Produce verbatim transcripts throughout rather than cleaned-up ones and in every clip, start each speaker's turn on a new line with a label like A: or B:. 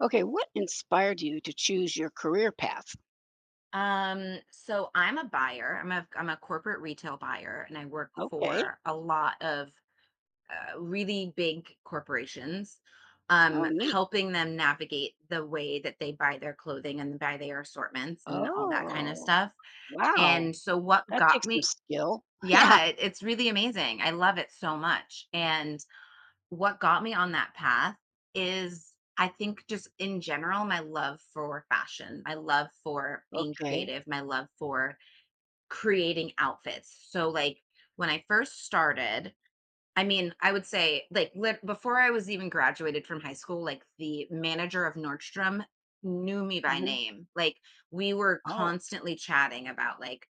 A: Okay, what inspired you to choose your career path?
B: Um, so I'm a buyer. I'm a I'm a corporate retail buyer and I work
A: Okay.
B: for a lot of uh, really big corporations. Um,
A: Oh, neat.
B: helping them navigate the way that they buy their clothing and buy their assortments and all that kind of
A: Oh,
B: stuff.
A: wow.
B: And so what
A: That
B: got
A: takes some
B: me
A: skill. Yeah.
B: yeah, it, it's really amazing. I love it so much. And what got me on that path is I think just in general my love for fashion, my love for being
A: Okay.
B: creative, my love for creating outfits. So, like, when I first started, I mean, I would say, like, lit- before I was even graduated from high school, like, the manager of Nordstrom knew me by
A: Hmm.
B: name. Like, we were
A: Oh,
B: constantly chatting about, like,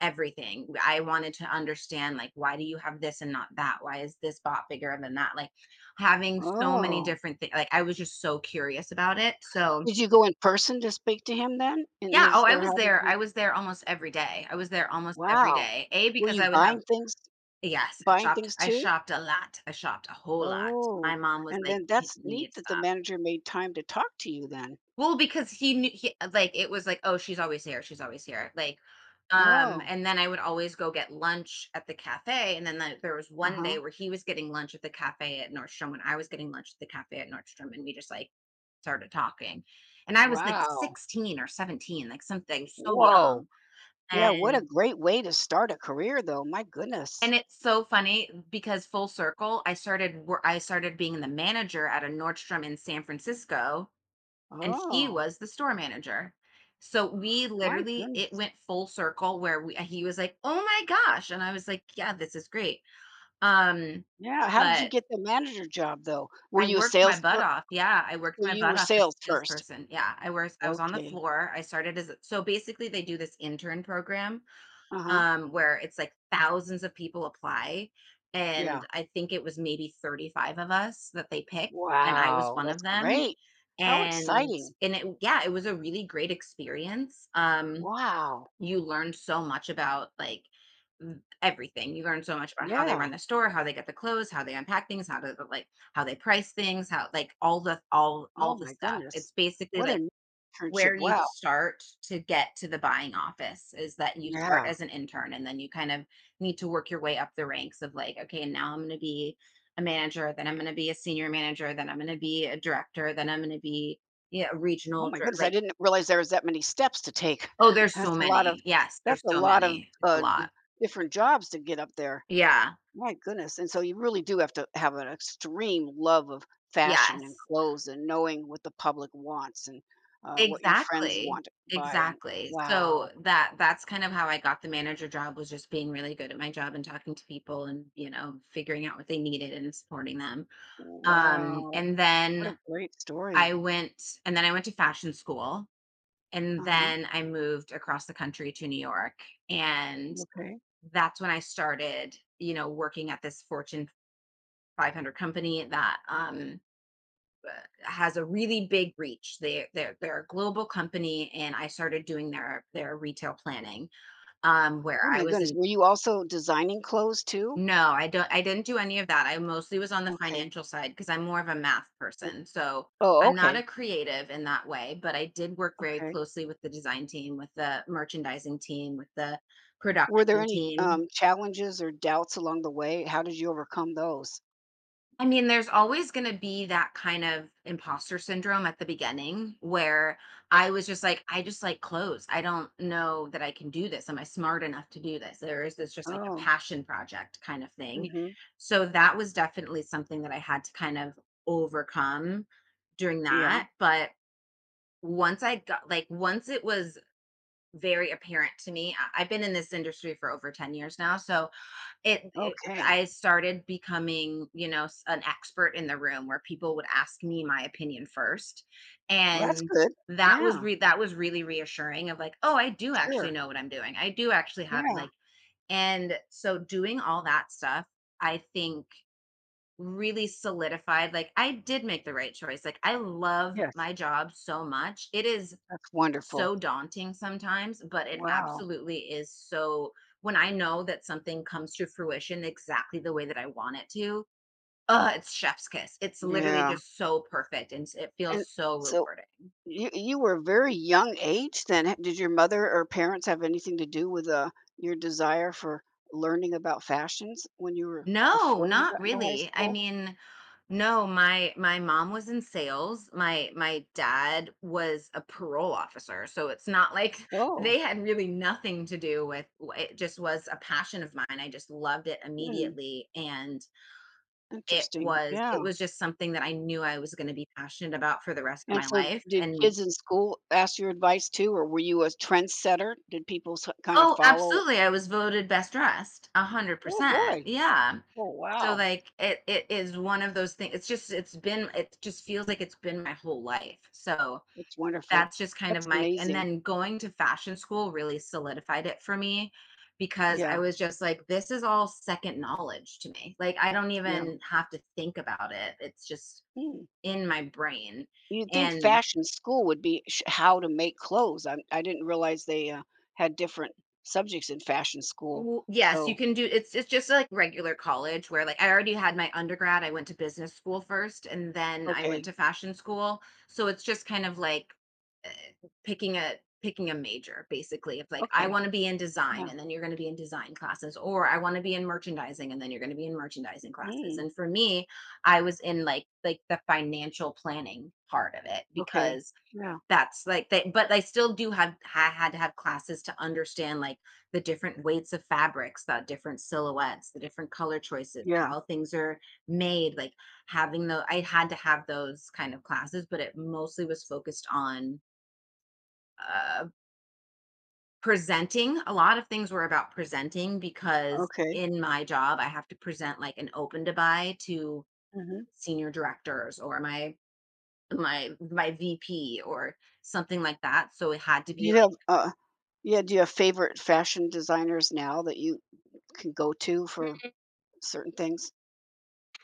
B: everything. I wanted to understand, like, why do you have this and not that? Why is this bot bigger than that? Like, having so many
A: oh.
B: different things. Like, I was just so curious about it. So,
A: Did you go in person to speak to him then? In
B: yeah. Oh,
A: his,
B: I
A: or
B: was
A: how did
B: there.
A: you?
B: I was there almost every day. I was there almost every
A: Wow.
B: day. A,
A: Were
B: because
A: you
B: I would have.
A: buying things,
B: Yes, I
A: buying
B: shopped
A: things
B: I
A: too?
B: shopped a lot, I shopped a whole lot. My
A: Oh,
B: mom was
A: and
B: like,
A: then
B: "Ki
A: that's
B: you need
A: neat
B: to
A: that the
B: stop."
A: manager made time to talk to you then.
B: Well, because he knew he like, it was like, "Oh, she's always here, she's always here." Like, um,
A: Oh,
B: and then I would always go get lunch at the cafe, and then, like, there was
A: uh
B: one
A: huh.
B: day where he was getting lunch at the cafe at Nordstrom and I was getting lunch at the cafe at Nordstrom, and we just, like, started talking. And I was, like,
A: Wow.
B: sixteen or seventeen, like, something so
A: Whoa.
B: young,
A: Yeah, what a
B: and.
A: great way to start a career though, my goodness.
B: And it's so funny because full circle, I started wor I started being the manager at a Nordstrom in San Francisco, and he
A: Oh,
B: was the store manager. So we
A: my
B: literally it
A: goodness.
B: went full circle where we he was like, "Oh my gosh," and I was like, "Yeah, this is great." Um,
A: Yeah, how did you
B: but
A: get the manager job though? Were
B: I
A: you a
B: worked my
A: sales
B: butt
A: clerk?
B: off. Yeah, I worked
A: So
B: my
A: you
B: butt
A: were
B: off as
A: sales
B: a
A: first?
B: salesperson. Yeah, I was I was on the
A: Okay.
B: floor. I started as a so basically they do this intern program
A: Uh-huh.
B: um, where it's like thousands of people apply.
A: Yeah.
B: And I think it was maybe thirty-five of us that they picked, and I was
A: Wow,
B: one of
A: that's
B: them.
A: great. How
B: And
A: exciting.
B: and it yeah, it was a really great experience. Um,
A: Wow.
B: you learned so much about like v- everything. You learned so much about how they
A: Yeah.
B: run the store, how they get the clothes, how they unpack things, how to like how they price things, how like all the all
A: Oh
B: all the
A: my
B: stuff.
A: goodness.
B: It's basically
A: What
B: like
A: an
B: where
A: internship.
B: you
A: Wow.
B: start to get to the buying office is that you start
A: Yeah.
B: as an intern and then you kind of need to work your way up the ranks of like, okay, now I'm going to be a manager, then I'm going to be a senior manager, then I'm going to be a director, then I'm going to be yeah, a
A: Oh
B: regional
A: my
B: dir-
A: goodness. I
B: like
A: didn't realize there was that many steps to take.
B: oh, there's so
A: That's a lot of,
B: many. Yes,
A: that's
B: there's
A: a
B: so
A: lot of
B: many. It's a
A: uh
B: lot.
A: different jobs to get up there.
B: Yeah.
A: My goodness, and so you really do have to have an extreme love of fashion and
B: Yes.
A: clothes and knowing what the public wants and, uh, what your friends
B: Exactly,
A: want to buy and
B: exactly. So
A: wow,
B: that that's kind of how I got the manager job was just being really good at my job and talking to people and, you know, figuring out what they needed and supporting them. Um,
A: wow,
B: and
A: what
B: then
A: a great story.
B: I went and then I went to fashion school and
A: Uh-huh,
B: then I moved across the country to New York, and
A: okay.
B: that's when I started, you know, working at this Fortune five hundred company that um has a really big reach. They they're they're a global company, and I started doing their their retail planning, um, where
A: Oh
B: I
A: my
B: was
A: goodness,
B: in.
A: were you also designing clothes too?
B: No, I don't. I didn't do any of that. I mostly was on the
A: Okay.
B: financial side because I'm more of a math
A: O
B: person. So
A: oh,
B: I'm not a
A: okay,
B: creative in that way, but I did work very
A: okay.
B: closely with the design team, with the merchandising team, with the
A: Were there
B: production
A: any,
B: team.
A: um, challenges or doubts along the way? How did you overcome those?
B: I mean, there's always going to be that kind of imposter syndrome at the beginning where I was just like, I just like clothes. I don't know that I can do this. Am I smart enough to do this? There is this just like a
A: Oh,
B: passion project kind of thing.
A: mhm,
B: So that was definitely something that I had to kind of overcome during
A: yeah,
B: that. But once I got like, once it was very apparent to me, I- I've been in this industry for over ten years now. So it it
A: okay.
B: I started becoming, you know, s an expert in the room where people would ask me my opinion first, Okay.
A: Well, that's
B: And
A: good.
B: that was
A: Yeah,
B: re that was really reassuring of like, "Oh, I do actually
A: sure,
B: know what I'm doing. I do actually have,
A: yeah.
B: like." And so doing all that stuff, I think really solidified, like, I did make the right choice, like, I love
A: Yes,
B: my job so much. It is
A: that's wonderful.
B: so daunting sometimes, but it
A: Wow,
B: absolutely is so when I know that something comes to fruition exactly the way that I want it to, uh, it's chef's kiss. It's literally
A: yeah,
B: just so perfect and s- it
A: and
B: feels so
A: so
B: rewarding.
A: you you were a very young age then. H did your mother or parents have anything to do with, uh, your desire for learning about fashions when you were
B: No,
A: before you
B: not
A: got into high
B: really. I
A: school?
B: mean, no, my my mom was in sales. My my dad was a parole officer. So it's not like they
A: Oh,
B: had really nothing to do with it just was a passion of mine. I just loved it
A: hmm,
B: immediately, and. It
A: interesting,
B: was
A: yeah,
B: it was just something that I knew I was gonna be passionate about for the rest of
A: and
B: my
A: so
B: life,
A: did
B: and.
A: kids in school ask your advice too, or were you a trendsetter? Did people s kinda
B: Oh,
A: follow?
B: absolutely, I was voted best dressed,
A: Oh,
B: one hundred percent,
A: boy.
B: yeah.
A: Oh,
B: So,
A: wow.
B: like, it it is one of those things. It's just it's been it just feels like it's been my whole life, so
A: That's wonderful.
B: that's just kind of
A: That's
B: my. And
A: amazing.
B: then going to fashion school really solidified it for me because
A: Yeah,
B: I was just like, "This is all second knowledge to me," like, I don't
A: yeah.
B: even have to think about it, it's just
A: Hmm.
B: in my brain,
A: You'd think
B: and.
A: fashion school would be sh how to make clothes. I I didn't realize they, uh, had different subjects in fashion school.
B: Well, yes, you
A: So,
B: can do it's it's just like regular college where like I already had my undergrad. I went to business school first and then I went
A: okay,
B: to fashion school. So it's just kind of like uh, picking a picking a major basically. If like I
A: okay,
B: want to be in design
A: yeah,
B: and then you're going to be in design classes, or I want to be in merchandising and then you're going to be in merchandising classes.
A: mm,
B: And for me, I was in like like the financial planning part of it
A: okay,
B: because
A: yeah,
B: that's like they but I still do have ha had to have classes to understand, like, the different weights of fabrics, the different silhouettes, the different color choices,
A: yeah,
B: how things are made, like, having the I had to have those kind of classes, but it mostly was focused on, uh, presenting. A lot of things were about presenting because
A: okay,
B: in my job, I have to present, like, an open to buy to
A: mhm.
B: senior directors or my my my V P or something like that, so it had to
A: Do
B: be.
A: you have, uh, yeah, do you have favorite fashion designers now that you can go to for certain things?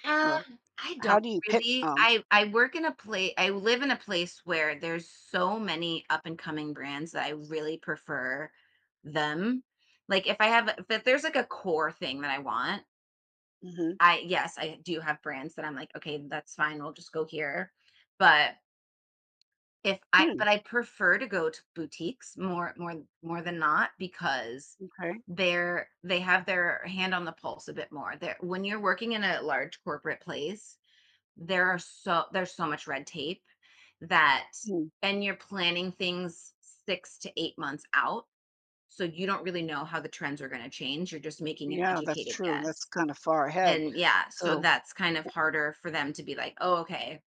B: Uh,
A: Or
B: I
A: how
B: don't
A: do you pick,
B: really.
A: um,
B: I I work in a place I live in a place where there's so many up and coming brands that I really prefer them. Like if I have a- if there's like a core thing that I want,
A: mhm,
B: I yes, I do have brands that I'm like, okay, that's fine, we'll just go here. But if I
A: hmm,
B: but I prefer to go to boutiques more more more than not because
A: okay,
B: they're they have their hand on the pulse a bit more. They when you're working in a large corporate place, there are so there's so much red tape that
A: hmm,
B: and you're planning things six to eight months out, so you don't really know how the trends are gonna change, you're just making an
A: yeah, that's
B: educated
A: true, that's
B: guess.
A: kinda far ahead.
B: And, yeah, so
A: So,
B: that's kind of harder for them to be like, "Oh, okay,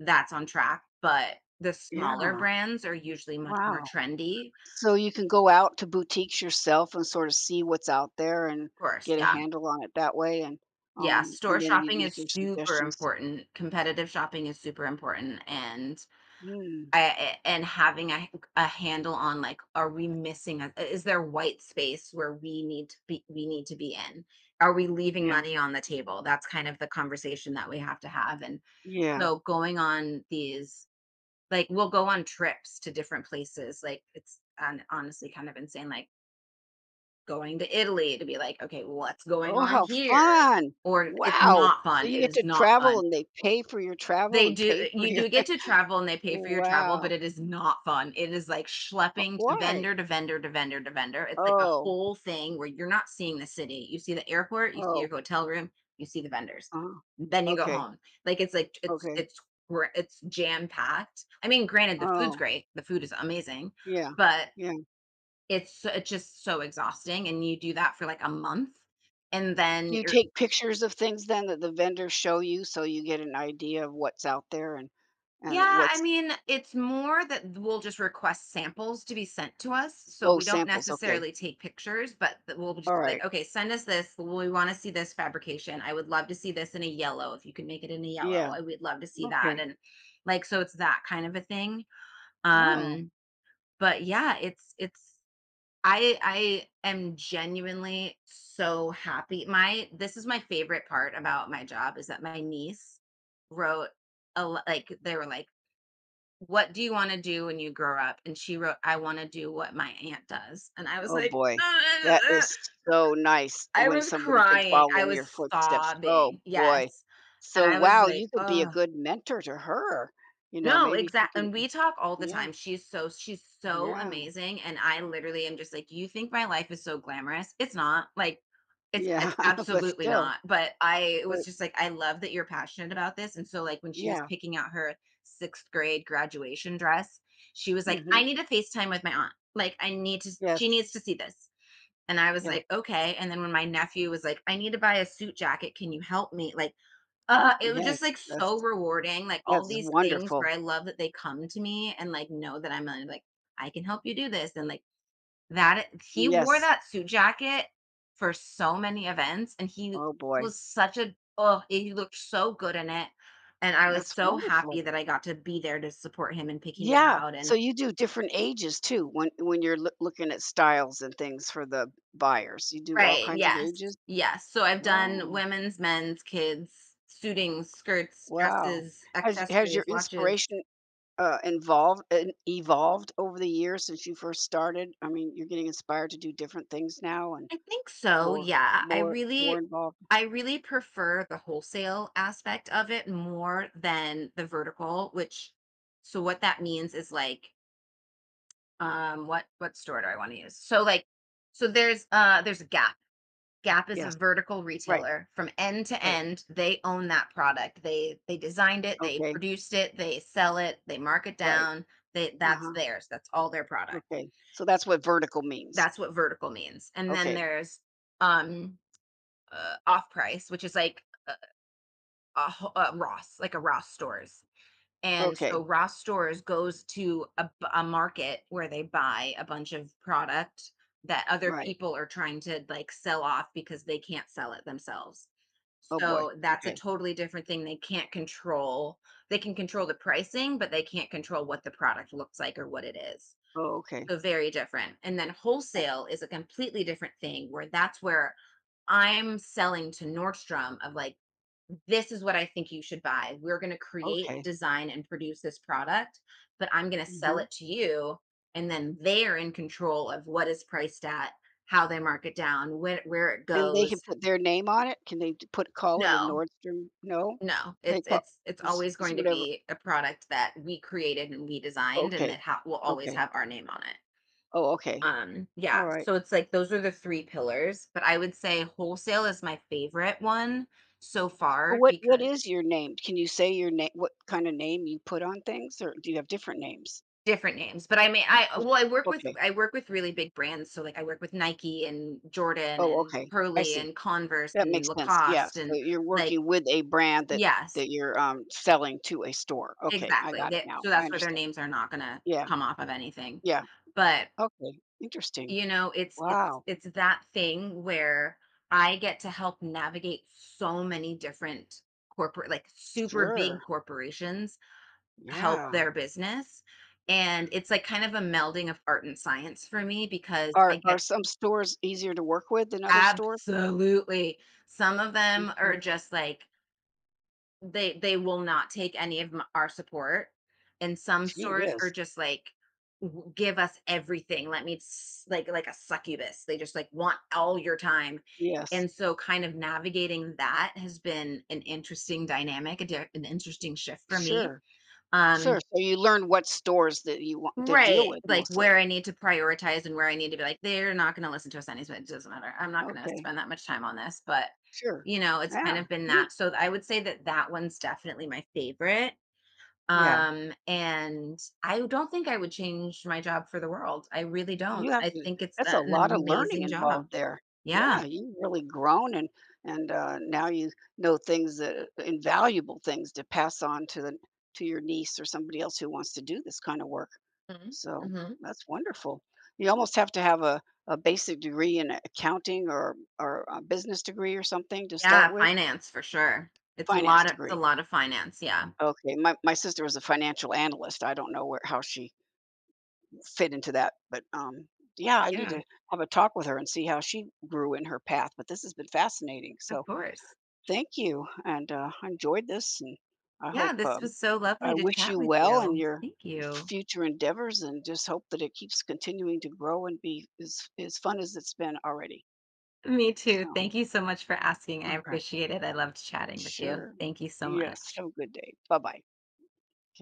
B: that's on track," but the smaller
A: yeah,
B: brands are usually much more
A: wow.
B: trendy.
A: So you can go out to boutiques yourself and sort of see what's out there and
B: Of course,
A: get a
B: yeah.
A: handle on it that way, and,
B: Yeah,
A: um,
B: store
A: and then you'd
B: shopping
A: make
B: is
A: your
B: super
A: suggestions.
B: important, competitive shopping is super important, and
A: Mm,
B: I, and having a, a handle on like are we missing a, is there white space where we need to be we need to be in are we leaving
A: yeah,
B: money on the table, that's kind of the conversation that we have to have. And
A: yeah.
B: so going on these like we'll go on trips to different places like it's hon- honestly kind of insane like going to Italy to be like okay what's going
A: Oh,
B: on
A: how
B: here.
A: fun.
B: Or it's
A: Wow.
B: not
A: So
B: fun,
A: you
B: it
A: get
B: is
A: to
B: not
A: travel
B: fun.
A: and they pay for your travel
B: They
A: and
B: Do
A: pay for
B: you
A: your
B: do get to travel and they pay for your travel, but
A: wow.
B: it is not fun. It is like schlepping to
A: Why?
B: vendor to vendor to vendor to vendor. It's like a
A: Oh,
B: whole thing where you're not seeing the city. You see the airport, you see
A: oh,
B: your hotel room, you see the vendors.
A: uh,
B: Then you go
A: okay,
B: home. Like it's like it's
A: okay.
B: it's gra- it's jam packed. I mean, granted the food's
A: Oh,
B: great. The food is amazing,
A: yeah,
B: but
A: yeah.
B: it's so- it's just so exhausting, and you do that for like a month and
A: Do
B: then
A: you
B: you're
A: take pictures of things then that the vendors show you so you get an idea of what's out there and and
B: Yeah, I
A: what's
B: mean, it's more that we'll just request samples to be sent to us. So
A: Oh,
B: we don't
A: samples, okay.
B: necessarily take pictures, but th- we'll just be
A: Alright.
B: like, okay, send us this. We want to see this fabrication. I would love to see this in a yellow. If you can make it in a yellow,
A: Yeah,
B: I would love to see that.
A: okay.
B: And like, so it's that kind of a thing.
A: Oh,
B: Um, but yeah, it's it's I I am genuinely so happy. My This is my favorite part about my job, is that my niece wrote a, l- like they were like, "What do you wanna do when you grow up?" And she wrote, "I wanna do what my aunt does." And I was
A: oh
B: like,
A: boy. That is so nice
B: I
A: when
B: was
A: somebody can
B: crying,
A: follow
B: I
A: in your
B: was
A: footsteps. Oh,
B: sobbing,
A: boy.
B: yes. And
A: So,
B: I was
A: wow, you
B: like,
A: could be a
B: "Oh."
A: good mentor to her. You know,
B: No,
A: maybe she
B: exactly,
A: can
B: and we talk all the
A: Yeah,
B: time. She's so she's so
A: yeah,
B: amazing, and I literally am just like, "You think my life is so glamorous?" It's not. Like it's
A: yeah,
B: it's
A: but
B: absolutely
A: still,
B: not. But I
A: but
B: was just like, "I love that you're passionate about this." And so like when she was
A: yeah,
B: picking out her sixth grade graduation dress, she was like,
A: mhm,
B: "I need a FaceTime with my aunt. Like I need to she
A: yes,
B: needs to see this." And I was
A: yeah,
B: like, "Okay." And then when my nephew was like, "I need to buy a suit jacket. Can you help me?" Like uh, it was just,
A: yes,
B: like, so
A: that's
B: rewarding, like, all
A: that's
B: these things where
A: wonderful.
B: I love that they come to me and, like, know that I'm, uh, like, "I can help you do this," and, like, that he wore
A: Yes.
B: that suit jacket for so many events, and he
A: Oh, boy.
B: was such a oh, he looked so good in it, and I was
A: That's
B: so happy
A: wonderful.
B: that I got to be there to support him and picking it
A: Yeah.
B: out and
A: So you do different ages too when when you're loo looking at styles and things for the buyers. You do all
B: Right,
A: kinds of
B: yes.
A: ages?
B: Yes, so I've done
A: Oh,
B: women's, men's, kids, suitings, skirts,
A: wow.
B: dresses,
A: Has has your
B: accessories, watches.
A: inspiration, uh, involved and evolved over the years since you first started? I mean, you're getting inspired to do different things now and
B: I think so,
A: or
B: yeah. I
A: more
B: really
A: more involved?
B: I really prefer the wholesale aspect of it more than the vertical, which, so what that means is like, um what what store do I want to use? So like, so there's uh there's a Gap. Gap is a
A: Yes.
B: vertical
A: Right.
B: retailer from end to
A: Right.
B: end. They own that product. They they designed it, they
A: Okay.
B: produced it, they sell it, they mark it
A: Right.
B: down. They That's
A: Uh-huh.
B: theirs. That's all their product.
A: Okay. So that's what vertical means.
B: That's what vertical means. And then
A: Okay.
B: there's um uh, off price, which is like a, a, ho- a Ross, like a Ross stores. And
A: Okay.
B: so Ross stores goes to a, b- a market where they buy a bunch of product that other
A: Right.
B: people are trying to like sell off because they can't sell it themselves.
A: Oh, boy.
B: So that's a
A: Okay.
B: totally different thing. They can't control, they can control the pricing, but they can't control what the product looks like or what it is.
A: Oh, okay.
B: So very different. And then
A: A
B: wholesale is a completely different thing, where that's where I'm selling to Nordstrom of like, this is what I think you should buy. We're going to create,
A: okay.
B: design, and produce this product, but I'm going to sell
A: Mhm.
B: it to you. And then they're in control of what is priced at, how they mark it down, when, where it
A: And they can
B: goes.
A: put their name on it? Can they d put call it a
B: No,
A: Nordstrom? No?
B: no,
A: They
B: it's
A: call
B: it's it's
A: it's
B: always
A: it's
B: going to
A: whatever
B: be a product that we created and we designed, and
A: okay.
B: that ha- will always
A: Okay.
B: have our name on it.
A: Oh, okay.
B: Um, yeah,
A: Alright.
B: so it's like, those are the three pillars, but I would say wholesale is my favorite one so
A: But
B: far,
A: what what
B: because
A: is your name? Can you say your name what kinda name you put on things, or do you have different names?
B: different names, but I mean, I uh,
A: Is
B: well, I work with
A: okay.
B: I work with really big brands, so, like, I work with Nike and Jordan
A: Oh,
B: and
A: okay. I
B: Hurley
A: see.
B: and Converse
A: That
B: and
A: makes sense. Yeah,
B: Lacoste,
A: so
B: and
A: you're
B: like
A: working with a brand that
B: yes,
A: that you're, um, selling to a store. Okay, I
B: exactly,
A: got it
B: they,
A: now.
B: so
A: I
B: that's where their
A: understand.
B: names are not gonna
A: Yeah,
B: come off of anything,
A: yeah.
B: but
A: Okay, interesting.
B: you know, it's it's
A: Wow,
B: it's that thing where I get to help navigate so many different corporate, like super big
A: sure,
B: corporations, help
A: yeah.
B: their business. And it's like kind of a melding of art and science for me, because I
A: Are are
B: get
A: some stores easier to work with than other stores?
B: absolutely some of them are
A: Okay,
B: just like, They they will not take any of m our support, and some
A: gee
B: stores are
A: whiz.
B: just like, "W give us everything, let me s," like like a succubus, they just, like, want all your time,
A: Yes,
B: and so kind of navigating that has been an interesting dynamic, a di an interesting shift for me,
A: sure,
B: um
A: sure, so you learn what stores that you want to deal
B: right,
A: with
B: like,
A: mostly.
B: where I need to prioritize, and where I need to be like, "They're not gonna listen to us anyways, it doesn't matter, I'm not gonna
A: Okay,
B: spend that much time on this," but,
A: sure.
B: you know, it's
A: Yeah,
B: kind of been that,
A: neat.
B: so I would say that that one's definitely my favorite.
A: Yeah.
B: Um, and I don't think I would change my job for the world. I really don't.
A: You have
B: I
A: to
B: think it's a-
A: that's a
B: an
A: lot of learning
B: amazing job.
A: involved there.
B: Yeah.
A: Yeah, you've really grown and and, uh, now you know things that invaluable things to pass on to the to your niece or somebody else who wants to do this kind of work.
B: Mhm.
A: So,
B: Hmm.
A: that's wonderful. You almost have to have a a basic degree in accounting or or a business degree or something to start
B: Yeah.
A: with?
B: Finance for sure. It's a
A: Finance
B: lot of, it's a
A: degree.
B: lot of finance. Yeah.
A: Okay, my my sister was a financial analyst. I don't know where how she fit into that, but, um, yeah, I need
B: Yeah.
A: to have a talk with her and see how she grew in her path, but this has been fascinating,
B: Of
A: so
B: course.
A: thank you, and, uh, I enjoyed this, and I
B: Yeah.
A: hope,
B: This
A: um,
B: was so
A: I
B: lovely to
A: wish
B: chat
A: you
B: with
A: well in
B: you.
A: your
B: Thank you.
A: future endeavors and just hope that it keeps continuing to grow and be as as fun as it's been already.
B: Me too.
A: So,
B: Thank you so much for asking. I
A: alright.
B: appreciate it. I loved chatting with you.
A: Sure.
B: Thank you so
A: Yes,
B: much.
A: have a good day. Bye-bye.